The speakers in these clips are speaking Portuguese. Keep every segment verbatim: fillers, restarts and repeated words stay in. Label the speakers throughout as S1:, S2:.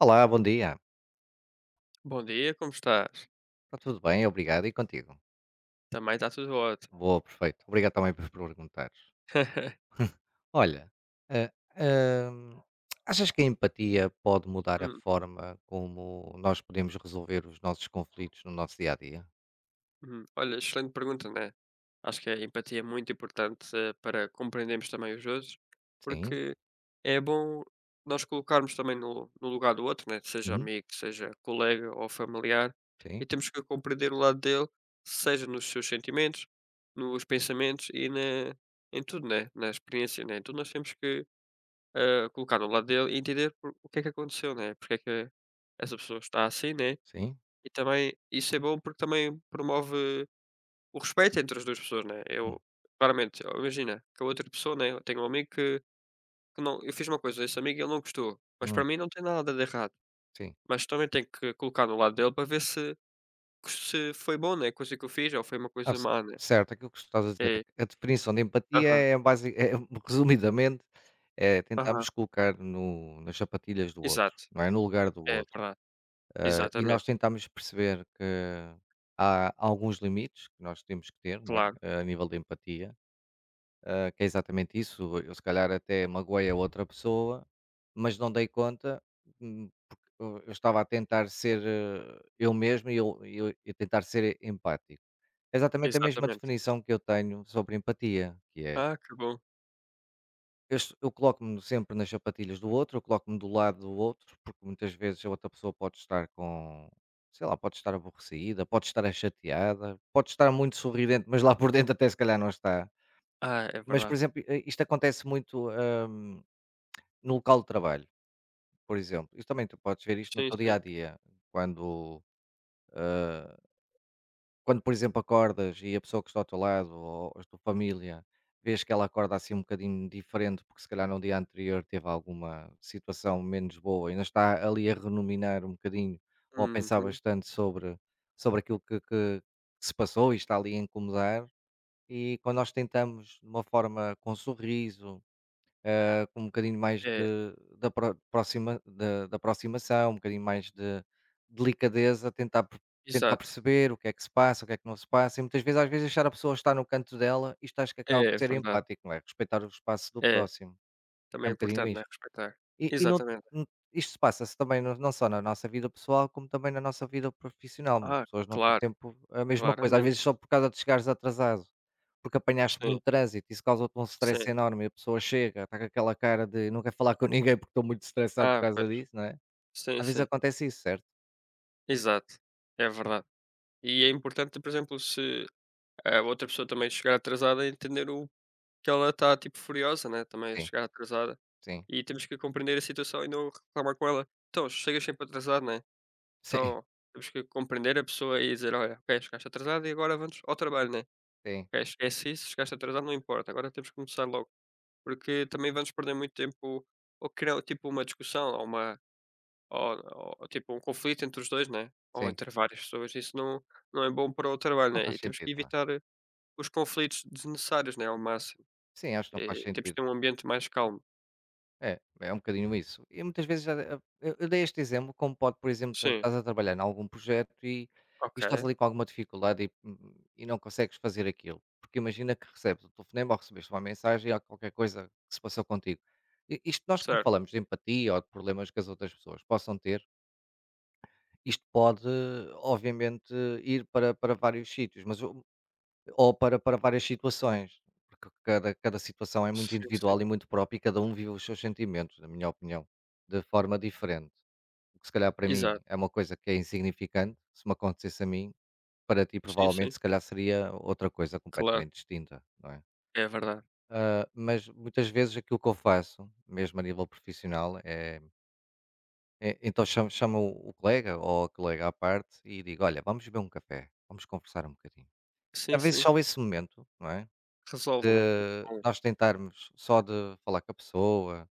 S1: Olá, bom dia.
S2: Bom dia, como estás?
S1: Está tudo bem, obrigado. E contigo?
S2: Também está tudo ótimo.
S1: Boa, perfeito. Obrigado também por perguntares. Olha, ah, ahm, achas que a empatia pode mudar a
S2: Hum,
S1: forma como nós podemos resolver os nossos conflitos no nosso dia a dia?
S2: uhum. Olha, excelente pergunta, né? Acho que a empatia é muito importante eh, para compreendermos também os outros,
S1: Sim,
S2: porque é bom nós colocarmos também no, no lugar do outro, né? Seja
S1: uhum,
S2: amigo, seja colega ou familiar,
S1: sim,
S2: e temos que compreender o lado dele, seja nos seus sentimentos, nos pensamentos e na, em tudo, né? Na experiência, né? Então nós temos que ah, colocar no lado dele e entender por o que é que aconteceu, né? Porque é que essa pessoa está assim, né?
S1: sim,
S2: E também isso é bom porque também promove o respeito entre as duas pessoas, né?
S1: hum,
S2: Eu, claramente, ó, imagina que a outra pessoa, né? Eu tenho um amigo que, que não, eu fiz uma coisa, a esse amigo ele não gostou, mas para
S1: hum,
S2: mim não tem nada de errado.
S1: sim.
S2: Mas também tenho que colocar no lado dele para ver se, se foi bom, né? A coisa que eu fiz ou foi uma
S1: Ah,
S2: coisa
S1: c-
S2: má, né?
S1: certo, aquilo que estás a dizer é
S2: É,
S1: que a definição de empatia
S2: aham,
S1: é, basi- é, resumidamente, é
S2: aham,
S1: tentarmos colocar no, nas sapatilhas do outro,
S2: exato,
S1: não é? No lugar do
S2: é
S1: outro.
S2: verdade,
S1: Eh, e nós
S2: exatamente,
S1: tentámos perceber que há alguns limites que nós temos que ter, não é?
S2: claro,
S1: Eh, A nível de empatia, eh, que é exatamente isso. Eu, se calhar, até magoei a outra pessoa, mas não dei conta, hum, porque eu eu estava a tentar ser eh, eu mesmo e eu, e eu- e tentar ser empático. É exatamente a mesma
S2: exatamente.
S1: definição que eu tenho sobre empatia, que é
S2: Ah, que bom,
S1: eu es eu coloco-me sempre nas sapatilhas do outro, eu coloco-me do lado do outro, porque muitas vezes a outra pessoa pode estar com, sei lá, pode estar aborrecida, pode estar chateada, pode estar muito sorridente, mas lá por dentro até se calhar não está.
S2: ah, é
S1: Mas, por
S2: verdade.
S1: exemplo, i isto acontece muito, hum, no local de trabalho, por exemplo. Isto também tu podes ver isto no
S2: Sim,
S1: teu dia
S2: sim.
S1: a dia, quando, ah, Quando, por exemplo, acordas e a pessoa que está ao teu lado ou a tua família, vês que ela acorda assim um bocadinho diferente, porque se calhar no dia anterior teve alguma situação menos boa e ainda está ali a renominar um bocadinho ou a pensar
S2: Uhum.
S1: bastante sobre, sobre aquilo que, que se passou e está ali a incomodar. E quando nós tentamos, de uma forma com um sorriso, eh, com um bocadinho mais
S2: É,
S1: de, de, apro- proxima, de, de aproximação, um bocadinho mais de delicadeza, tentar, per- tentar
S2: exato.
S1: perceber o que é que se passa, o que é que não se passa, e muitas vezes, às vezes, deixar a pessoa estar no canto dela, isto acho que acaba por
S2: É
S1: ser
S2: verdade.
S1: empático, não é? Respeitar o espaço do
S2: É,
S1: próximo. É
S2: também
S1: um
S2: é
S1: bocadinho
S2: importante, né,
S1: isto.
S2: respeitar.
S1: E e não,
S2: Exatamente.
S1: hum, isto se passa-se também não não só na nossa vida pessoal, como também na nossa vida profissional, né, as
S2: Ah,
S1: pessoas não têm
S2: claro,
S1: tempo a mesma coisa, às vezes
S2: claramente.
S1: só por causa de chegares atrasado, porque apanhaste
S2: Sim,
S1: muito trânsito, isso causa-te um stress
S2: sim.
S1: enorme e a pessoa chega, está com aquela cara de: "Não quer falar com ninguém porque estou muito estressado por
S2: Ah,
S1: causa
S2: pois.
S1: disso", não é?
S2: Sim,
S1: Às vezes
S2: sim.
S1: acontece isso, certo?
S2: Exato. É verdade. E é importante, por exemplo, se a outra pessoa também chegar atrasada, entender o que ela está, tipo, furiosa, né, também
S1: Sim,
S2: chegar atrasada.
S1: sim,
S2: E temos que compreender a situação e não reclamar com ela. Então, chegas sempre atrasado, né?
S1: sim,
S2: Então, temos que compreender a pessoa e dizer: "Olha, ok, chegaste atrasada e agora vamos ao trabalho, né?"
S1: sim,
S2: Ok, esquece isso, chegaste atrasado, não importa, agora temos que começar logo. Porque também vamos perder muito tempo ou criar tipo uma discussão ou uma ou, ou tipo um conflito entre os dois, né? Ou
S1: sim.
S2: entre várias pessoas. Isso não, não é bom para o trabalho,
S1: Não
S2: né?
S1: faz
S2: E temos que
S1: sentido, não é?
S2: evitar os conflitos desnecessários, né? Ao máximo.
S1: Sim, acho que não faz
S2: E temos que
S1: sentido.
S2: ter um ambiente mais calmo.
S1: É, é um bocadinho isso. E muitas vezes já eu eu dei este exemplo, como pode, por exemplo, ta
S2: Sim,
S1: estás a trabalhar em algum projeto e e estás
S2: ok,
S1: ali com alguma dificuldade e, hum, e não consegues fazer aquilo. Porque imagina que recebes um telefonema ou recebeste uma mensagem ou qualquer coisa que se passou contigo. I isto nós quando
S2: certo.
S1: falamos de empatia ou de problemas que as outras pessoas possam ter, isto pode obviamente ir para para vários sítios, mas o ou para para várias situações, porque cada cada situação é muito
S2: Sim, sim.
S1: individual e muito própria e cada um vive os seus sentimentos, na minha opinião, de forma diferente. O que se calhar para
S2: Exato.
S1: mim é uma coisa que é insignificante, se me acontecesse a mim, para ti
S2: Sim,
S1: provavelmente
S2: sim.
S1: se calhar seria outra coisa
S2: Claro,
S1: completamente distinta, não é?
S2: é verdade.
S1: Ah, mas muitas vezes aquilo que eu faço, mesmo a nível profissional, é é então chamo chamo o colega ou a colega à parte e digo: "Olha, vamos beber um café, vamos conversar um bocadinho".
S2: Sim,
S1: Às vezes
S2: sim.
S1: só esse momento, não é?
S2: Resolve, né?
S1: De
S2: É bom.
S1: nós tentarmos só de falar com a pessoa,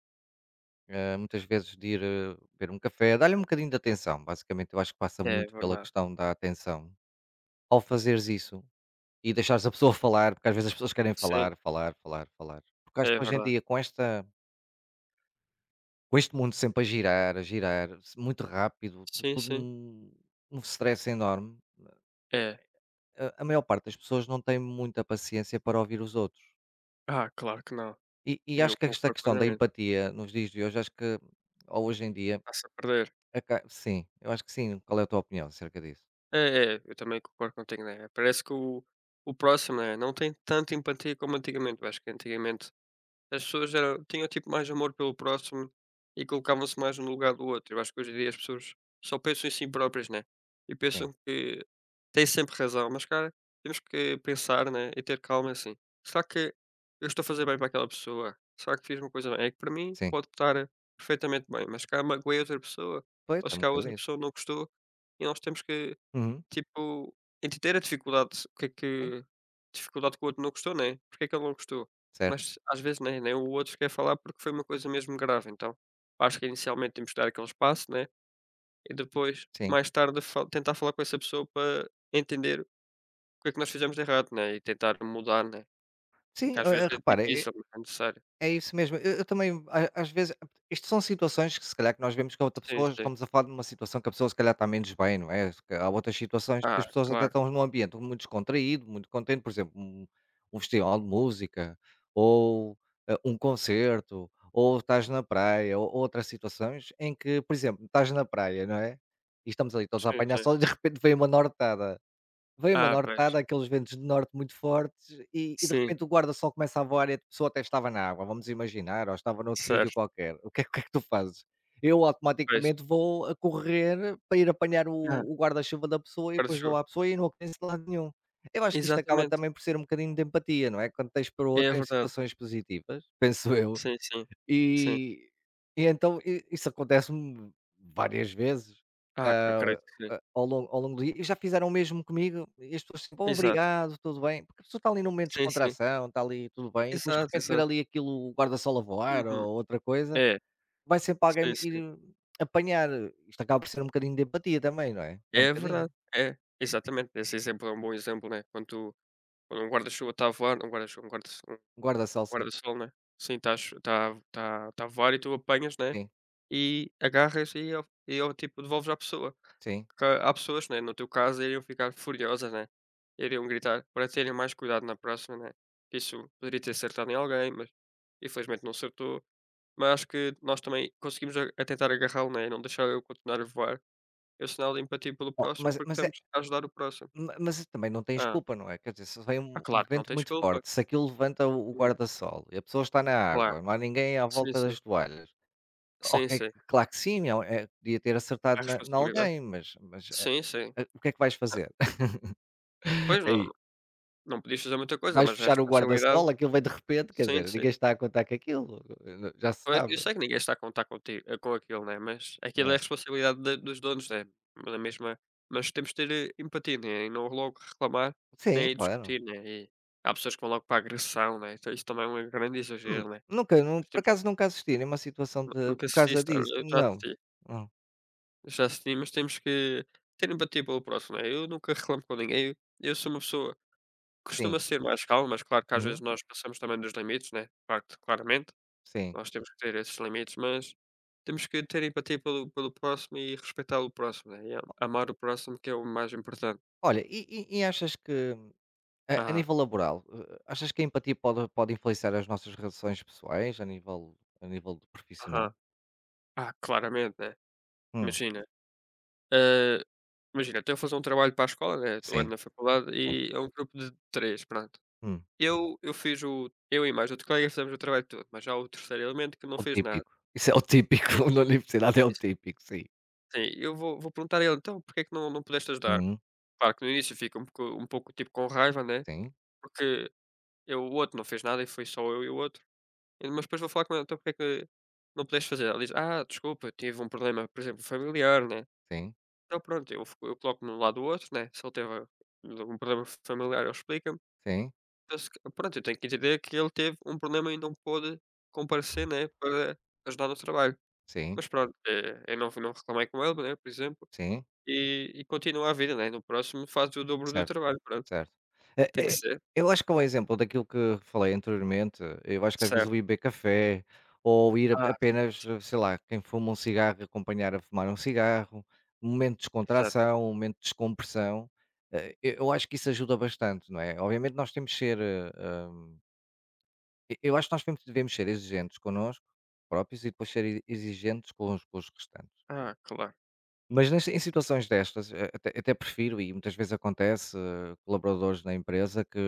S1: eh, muitas vezes de ir, eh, beber um café, dar-lhe um bocadinho de atenção, basicamente eu acho que passa
S2: É
S1: muito pela
S2: verdade.
S1: questão da atenção. Ao fazeres isso e deixares a pessoa falar, porque às vezes as pessoas querem
S2: Sim,
S1: falar, falar, falar, falar. Porque acho
S2: é
S1: que hoje em
S2: verdade.
S1: dia com esta com este mundo sempre a girar, a girar, se muito rápido, tu
S2: Sim,
S1: tudo
S2: sim.
S1: um um stress enorme,
S2: É.
S1: a a maior parte das pessoas não tem muita paciência para ouvir os outros.
S2: Ah, claro que não.
S1: E e
S2: Eu
S1: acho que esta
S2: concordo
S1: questão da
S2: plenamente.
S1: empatia nos dias de hoje, acho que ou hoje em dia,
S2: Está-se a perder.
S1: aca sim, eu acho que sim. Qual é a tua opinião acerca disso?
S2: É, é, eu também concordo contigo, né? Parece que o, o próximo, né? Não tem tanta empatia como antigamente. Eu acho que antigamente as pessoas eram tinham, tipo, mais amor pelo próximo e colocavam-se mais um no lugar do outro. Eu acho que hoje em dia as pessoas só pensam em si próprias, né? E
S1: Sim,
S2: pensam que têm sempre razão, mas, cara, temos que pensar, né? E ter calma assim. Será que eu estou a fazer bem para aquela pessoa? Será que fiz uma coisa bem? É que para mim
S1: sim.
S2: pode estar perfeitamente bem, mas se calhar magoei outra pessoa,
S1: Pois,
S2: ou
S1: é
S2: se
S1: um
S2: calhar
S1: bocado
S2: outra
S1: isso.
S2: pessoa não gostou, e nós temos que
S1: Uhum,
S2: tipo, entender a dificuldade, o que é
S1: sim,
S2: que dificuldade que o outro não gostou, né, porque é que ele não gostou.
S1: certo,
S2: Mas às vezes nem nem o outro quer falar porque foi uma coisa mesmo grave, então acho que inicialmente temos que dar aquele espaço, né, e depois
S1: sim.
S2: mais tarde fa tentar falar com essa pessoa para entender o que é que nós fizemos de errado, né, e tentar mudar, né,
S1: Sim,
S2: porque
S1: eh
S2: às vezes
S1: eh,
S2: é
S1: repara
S2: difícil, mas é necessário.
S1: É isso mesmo. Eu eu também, a às vezes isto são situações que se calhar que nós vemos que a outra
S2: Sim,
S1: pessoa
S2: sim.
S1: estamos a falar de uma situação que a pessoa se calhar está menos bem, não é? Se ca há outras situações que
S2: Ah,
S1: as pessoas até
S2: claro.
S1: estão num ambiente muito descontraído, muito contente, por exemplo, um um festival de música, ou, eh, um concerto, ou estás na praia, ou outras situações em que, por exemplo, estás na praia, não é? E estamos ali todos a
S2: Sim,
S1: apanhar
S2: sim.
S1: sol e de repente vem uma nortada. Veio uma
S2: Ah, pois.
S1: nortada, aqueles ventos de norte muito fortes e e de
S2: Sim,
S1: repente o guarda-sol começa a voar e a pessoa até estava na água, vamos imaginar, ou estava noutro sítio
S2: certo,
S1: qualquer. O que é o que é que tu fazes? Eu
S2: pois.
S1: automaticamente vou a correr para ir apanhar o
S2: Ah,
S1: o guarda-chuva da pessoa e
S2: agora
S1: depois dou
S2: chegou.
S1: à pessoa e não acontece de lado nenhum. Eu acho que isto acaba
S2: Exatamente,
S1: também por ser um bocadinho de empatia, não é? Quando tens para o
S2: é
S1: outro em
S2: verdade.
S1: situações positivas, penso eu,
S2: Sim, sim. Sim.
S1: e e então i isso acontece-me várias vezes.
S2: Ah, c acredito que sim.
S1: Ah, ao longo ao longo do dia e já fizeram o mesmo comigo e as pessoas sempre: "Oh,
S2: Exato.
S1: obrigado, tudo bem", porque a pessoa está ali num momento de
S2: Sim, sim.
S1: descontração, está ali tudo bem, e depois de
S2: Exato,
S1: repente ver
S2: exato.
S1: ali aquilo, o guarda-sol a voar
S2: Uhum.
S1: ou outra coisa,
S2: É.
S1: vai sempre alguém
S2: Sim,
S1: me
S2: sim.
S1: ir apanhar. Isto acaba por ser um bocadinho de empatia também, não é? É um
S2: É verdade.
S1: bocadinho.
S2: É. Exatamente. Esse exemplo é um bom exemplo, né. Quando tu quando um guarda-chuva está a voar um guarda-chuva, um guarda-so um
S1: Um Guarda-sol sim,
S2: guarda-sol, né. Sim, está tá, a chu está está está a voar e tu apanhas, né,
S1: sim,
S2: e agarras e ele e ele, tipo, devolves à pessoa.
S1: sim.
S2: Que há pessoas, né, no teu caso, iriam ficar furiosas, né, iriam gritar para terem mais cuidado na próxima, né. Isso poderia ter acertado em alguém, mas infelizmente não acertou. Mas acho que nós também conseguimos a a tentar agarrá-lo, né, e não deixar ele continuar a voar. É o sinal de empatia pelo
S1: Oh,
S2: próximo,
S1: mas
S2: porque
S1: mas é
S2: estamos a ajudar o próximo.
S1: ma mas também não tens
S2: Ah,
S1: culpa, não é? Quer dizer, se vem
S2: ah,
S1: um
S2: claro que não
S1: vento
S2: tens
S1: muito
S2: culpa.
S1: forte, se aquilo levanta o o
S2: Uhum,
S1: guarda-sol e a pessoa está na
S2: claro.
S1: água, não há ninguém à
S2: Sim,
S1: volta
S2: sim.
S1: das toalhas.
S2: Sim,
S1: Ok,
S2: sim.
S1: claro que sim, é um é podia ter
S2: É
S1: acertado na na
S2: responsabilidade.
S1: alguém, mas mas, eh
S2: Sim, sim.
S1: eh, o que é que vais
S2: Ah,
S1: fazer?
S2: pois não,
S1: Aí,
S2: não podias fazer muita coisa,
S1: vais
S2: mas é
S1: fechar o
S2: responsabilidade.
S1: guarda-sol, aquilo vem de repente, quer
S2: Sim,
S1: dizer,
S2: sim.
S1: ninguém está a contar com aquilo, eh, já se
S2: Pois, eu
S1: sabe,
S2: sei que ninguém está a contar contigo eh, com aquilo, né, mas aquilo
S1: não
S2: é a
S1: é?
S2: responsabilidade da dos donos, né, da mesma mas temos de ter, eh, empatia, né, e não logo reclamar,
S1: Sim,
S2: nem
S1: claro.
S2: discutir, né, e há pessoas que vão logo para a agressão, né, então isso também é um grande
S1: Hum,
S2: exagero, né,
S1: nunca nun
S2: mas
S1: Por
S2: temos
S1: acaso nunca assisti nenhuma situação
S2: nu
S1: de
S2: nunca
S1: por causa
S2: assististe,
S1: disso,
S2: olha, eu já
S1: não.
S2: assisti,
S1: Não,
S2: já assisti, mas temos que ter empatia pelo próximo, né, eu nunca reclamo com ninguém, eu eu sou uma pessoa que costuma
S1: sim,
S2: ser mais calma, mas claro que às vezes
S1: uhum,
S2: nós passamos também dos limites, né, claro claramente.
S1: sim.
S2: Nós temos que ter esses limites, mas temos que ter empatia pelo pelo próximo e respeitar o próximo, né, e a amar o próximo que é o mais importante.
S1: Olha, e e e achas que a a
S2: ah
S1: nível laboral, eh, achas que a empatia pode pode influenciar as nossas relações pessoais a nível a nível profissional?
S2: aham. Ah, claramente, né.
S1: Hum,
S2: Imagina, hã, imagina, eu estou a fazer um trabalho para a escola, né, eu ando na faculdade
S1: sim.
S2: e é um grupo de três pronto.
S1: Hum.
S2: Eu eu fiz o eu e mais outro colega fizemos o trabalho todo, mas há o terceiro elemento que não
S1: O
S2: fez nada.
S1: típico. Isso é o típico,
S2: Sim,
S1: na universidade é
S2: sim,
S1: o
S2: sim,
S1: típico, sim.
S2: sim. Eu vou vou perguntar a ele: "Então, porque é que não não pudeste ajudar?"
S1: Hum,
S2: Claro que no início fica um pouco um pouco, tipo, com raiva, né,
S1: sim,
S2: porque Eu o outro não fez nada e foi só eu e o outro. E mas depois vou falar com ele "Então porque é que não pudeste fazer?" Ela diz: "Ah, desculpa, tive um problema, por exemplo, familiar, né?"
S1: sim,
S2: Então pronto, eu f eu coloco-me no lado do outro, né, se ele teve um problema familiar, ele explica-me.
S1: sim,
S2: Eu se ca pronto, eu tenho que entender que ele teve um problema e não pôde comparecer, né, para ajudar no trabalho.
S1: sim,
S2: Mas pronto, eh, eu não f não reclamei com ele, né, por exemplo,
S1: sim,
S2: e e continua a vida, né, no próximo faz o dobro do
S1: certo,
S2: trabalho, pronto,
S1: certo. Eh
S2: tem que
S1: eh,
S2: ser.
S1: eu acho que é um exemplo daquilo que falei anteriormente, eu acho que às vezes
S2: Certo.
S1: o ir beber café, ou ir
S2: Ah,
S1: a
S2: sim,
S1: apenas,
S2: sim,
S1: sei lá, quem fuma um cigarro acompanhar a fumar um cigarro, um momento de
S2: exato.
S1: descontração, um momento de descompressão, eh, eu eu acho que isso ajuda bastante, não é? Obviamente nós temos que ser, hã E eu acho que nós temos devemos ser exigentes connosco próprios e depois ser e exigentes com os com os restantes.
S2: Ah, claro.
S1: Mas nas em situações destas, a até até prefiro e muitas vezes acontece, eh, colaboradores na empresa que: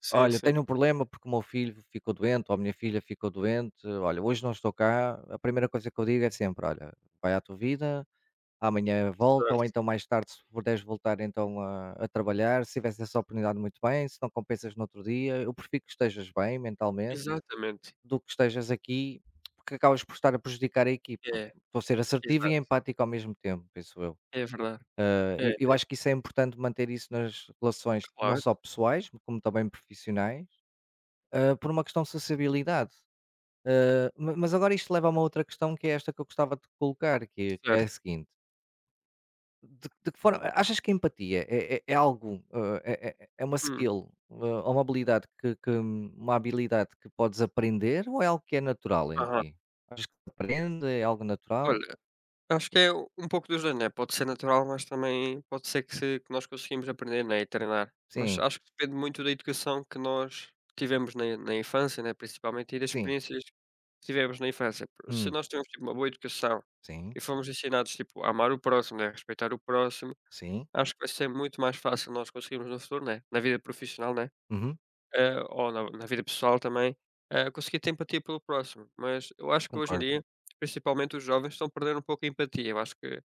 S2: Sim,
S1: "Olha,
S2: sim.
S1: tenho um problema porque o meu filho ficou doente ou a minha filha ficou doente, olha, hoje não estou cá", a primeira coisa que eu digo é sempre: "Olha, vai à tua vida, amanhã volta ou
S2: Certo,
S1: então mais tarde se puderes voltar então a a trabalhar, se tivesse essa oportunidade muito bem, se não compensas no outro dia, eu prefiro que estejas bem mentalmente"
S2: exatamente.
S1: do que estejas aqui, porque acabas por estar a prejudicar a equipa.
S2: É,
S1: Estou a ser assertivo e
S2: exato,
S1: empático ao mesmo tempo, penso eu.
S2: é verdade.
S1: Eh,
S2: É,
S1: e eu
S2: é
S1: acho que isso é importante manter isso nas relações, não
S2: claro,
S1: só pessoais, como também profissionais, eh, por uma questão de sociabilidade. Eh, ma- mas agora isto leva a uma outra questão que é esta que eu gostava de colocar, que é, que é, a
S2: certo.
S1: seguinte. De de que forma achas que a empatia é é é algo, hã, é é é uma
S2: Hum,
S1: skill, hã, ou uma habilidade que que uma habilidade que podes aprender ou é algo que é natural em
S2: aham.
S1: ti? Achas que se aprende, é algo natural?
S2: Olha, acho que é u- um pouco dos dois, né, pode ser natural, mas também pode ser que se que nós conseguimos aprender, né, e treinar. Mas
S1: Sim,
S2: acho que depende muito da educação que nós tivemos na na infância, né, principalmente, e das
S1: sim,
S2: experiências que tivemos na infância. Por se
S1: hum,
S2: nós temos, tipo, uma boa educação
S1: sim,
S2: e fomos ensinados, tipo, a amar o próximo, né, respeitar o próximo,
S1: sim,
S2: acho que vai ser muito mais fácil nós conseguirmos no futuro, né, na vida profissional, né?
S1: uhum,
S2: Eh, ou na na vida pessoal também, eh, conseguir ter empatia pelo próximo, mas eu acho que hoje em
S1: concordo,
S2: dia, principalmente os jovens, estão perdendo um pouco a empatia. Eu acho que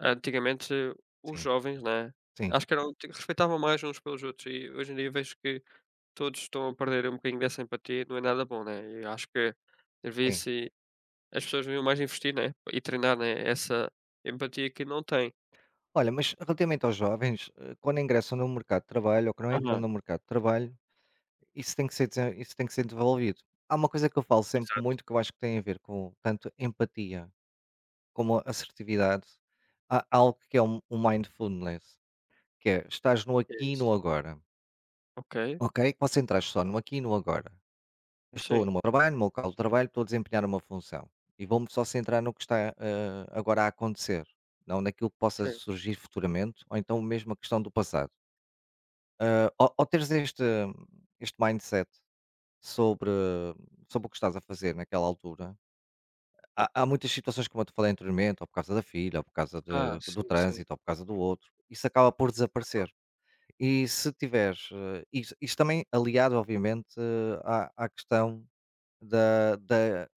S2: antigamente eh, os
S1: sim,
S2: jovens, né,
S1: sim,
S2: acho que eram te respeitavam mais uns pelos outros e hoje em dia vejo que todos estão a perder um bocadinho dessa empatia, não é nada bom, né, e acho que
S1: sim.
S2: devia-se as pessoas deviam mais investir, né, e treinar, né, essa empatia que não têm.
S1: Olha, mas relativamente aos jovens, hã, quando ingressam no mercado de trabalho ou que não entram
S2: Aham,
S1: no mercado de trabalho, isso tem que ser desen isso tem que ser desenvolvido. Há uma coisa que eu falo sempre
S2: exato,
S1: muito que eu acho que tem a ver com tanto empatia como assertividade, há algo que é o o mindfulness, que é estás no
S2: é
S1: aqui e no
S2: isso.
S1: agora,
S2: Ok,
S1: ok? Concentras só no aqui e no agora. Eu estou no
S2: sim,
S1: meu trabalho, no meu local de trabalho, estou a desempenhar uma função e vou-me só centrar no que está eh, agora a acontecer, não naquilo que possa
S2: sim.
S1: surgir futuramente, ou então mesmo a questão do passado. Eh, ao, ao teres este, este mindset sobre, sobre o que estás a fazer naquela altura, Há há muitas situações, como eu te falei anteriormente, ou por causa da filha, ou por causa
S2: Ah,
S1: de do
S2: sim, sim.
S1: trânsito, ou por causa do outro, isso acaba por desaparecer. E se tiveres, eh, isto isto também aliado, obviamente, eh, à, à questão da, da,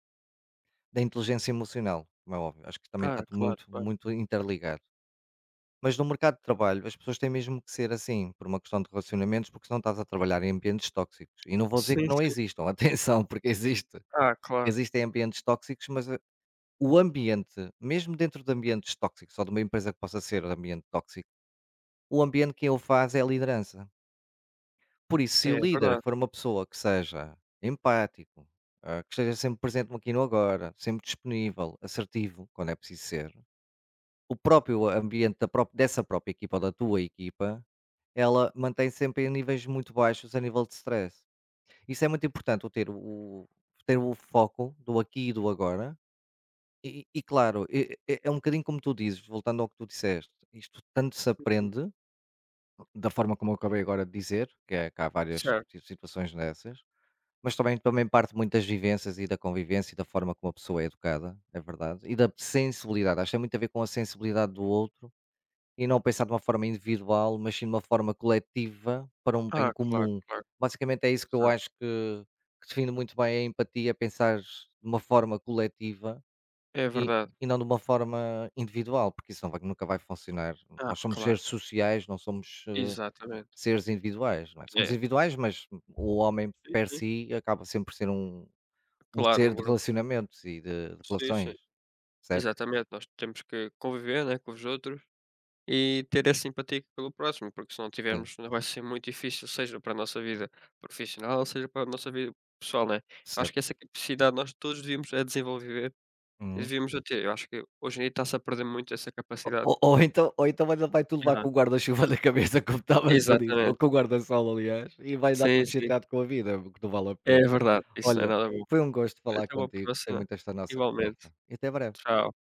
S1: da inteligência emocional, como é óbvio, acho que também está
S2: Ah,
S1: tudo
S2: claro,
S1: muito,
S2: claro.
S1: muito interligado. Mas no mercado de trabalho, as pessoas têm mesmo que ser assim, por uma questão de relacionamentos, porque senão estás a trabalhar em ambientes tóxicos. E não vou dizer que
S2: Sim,
S1: não
S2: sim.
S1: existam, atenção, porque existe.
S2: Ah, claro.
S1: Existem ambientes tóxicos, mas o ambiente, mesmo dentro de ambientes tóxicos, ou de uma empresa que possa ser um ambiente tóxico, o ambiente que o faz é a liderança. Por isso, se
S2: É é
S1: o líder
S2: verdade.
S1: for uma pessoa que seja empático, ah, que esteja sempre presente no aqui e no agora, sempre disponível, assertivo, quando é preciso ser, o próprio ambiente da pró- dessa própria equipa ou da tua equipa, ela mantém sempre em níveis muito baixos a nível de stress. Isso é muito importante, o ter o, ter o foco do aqui e do agora. E e claro, é é é um bocadinho como tu dizes, voltando ao que tu disseste, isto tanto se
S2: Uhum.
S1: aprende, da forma como eu acabei agora de dizer, que é que há várias
S2: Certo.
S1: si situações dessas, mas também também parte muito das vivências e da convivência e da forma como a pessoa é educada, é verdade, e da sensibilidade, acho que tem muito a ver com a sensibilidade do outro, e não pensar de uma forma individual, mas sim de uma forma coletiva para um bem
S2: Ah, claro,
S1: comum.
S2: claro.
S1: Basicamente é isso que eu acho
S2: Exato.
S1: que que define muito bem a empatia, pensar de uma forma coletiva
S2: É
S1: e
S2: verdade.
S1: e não de uma forma individual, porque isso não vai nunca vai funcionar.
S2: Ah,
S1: Nós somos
S2: claro.
S1: seres sociais, não somos, eh,
S2: Exatamente.
S1: seres individuais, não é? Somos
S2: É.
S1: individuais, mas o homem
S2: Sim,
S1: per
S2: sim.
S1: si acaba sempre por ser um um
S2: Claro,
S1: ser
S2: um
S1: de
S2: grupo, né.
S1: relacionamentos e de de
S2: Sim, sim.
S1: relações, certo?
S2: Exatamente, nós temos que conviver, né, com os outros e ter essa simpatia pelo próximo, porque se não
S1: Sim,
S2: tivermos não vai ser muito difícil, seja para a nossa vida profissional, seja para a nossa vida pessoal, né. Acho que
S1: certo.
S2: essa capacidade nós todos devíamos é desenvolver e
S1: Uhum.
S2: devíamos a ter. Eu acho que hoje em dia está-se a perder muito essa capacidade.
S1: Ou ou então ou então ainda vai tudo lá
S2: Aham.
S1: com o guarda-chuva na cabeça, como estava a dizer, ou com
S2: Exatamente.
S1: o guarda-sol, aliás, e vai andar
S2: Sim,
S1: todo
S2: sim.
S1: chateado com a vida, o que não vale a
S2: É
S1: pena.
S2: verdade, isso não é
S1: Olha,
S2: nada bom.
S1: foi um gosto
S2: Olha,
S1: falar
S2: até uma
S1: contigo, gostei
S2: próxima.
S1: muito desta nossa
S2: Igualmente.
S1: conversa e até breve.
S2: Tchau.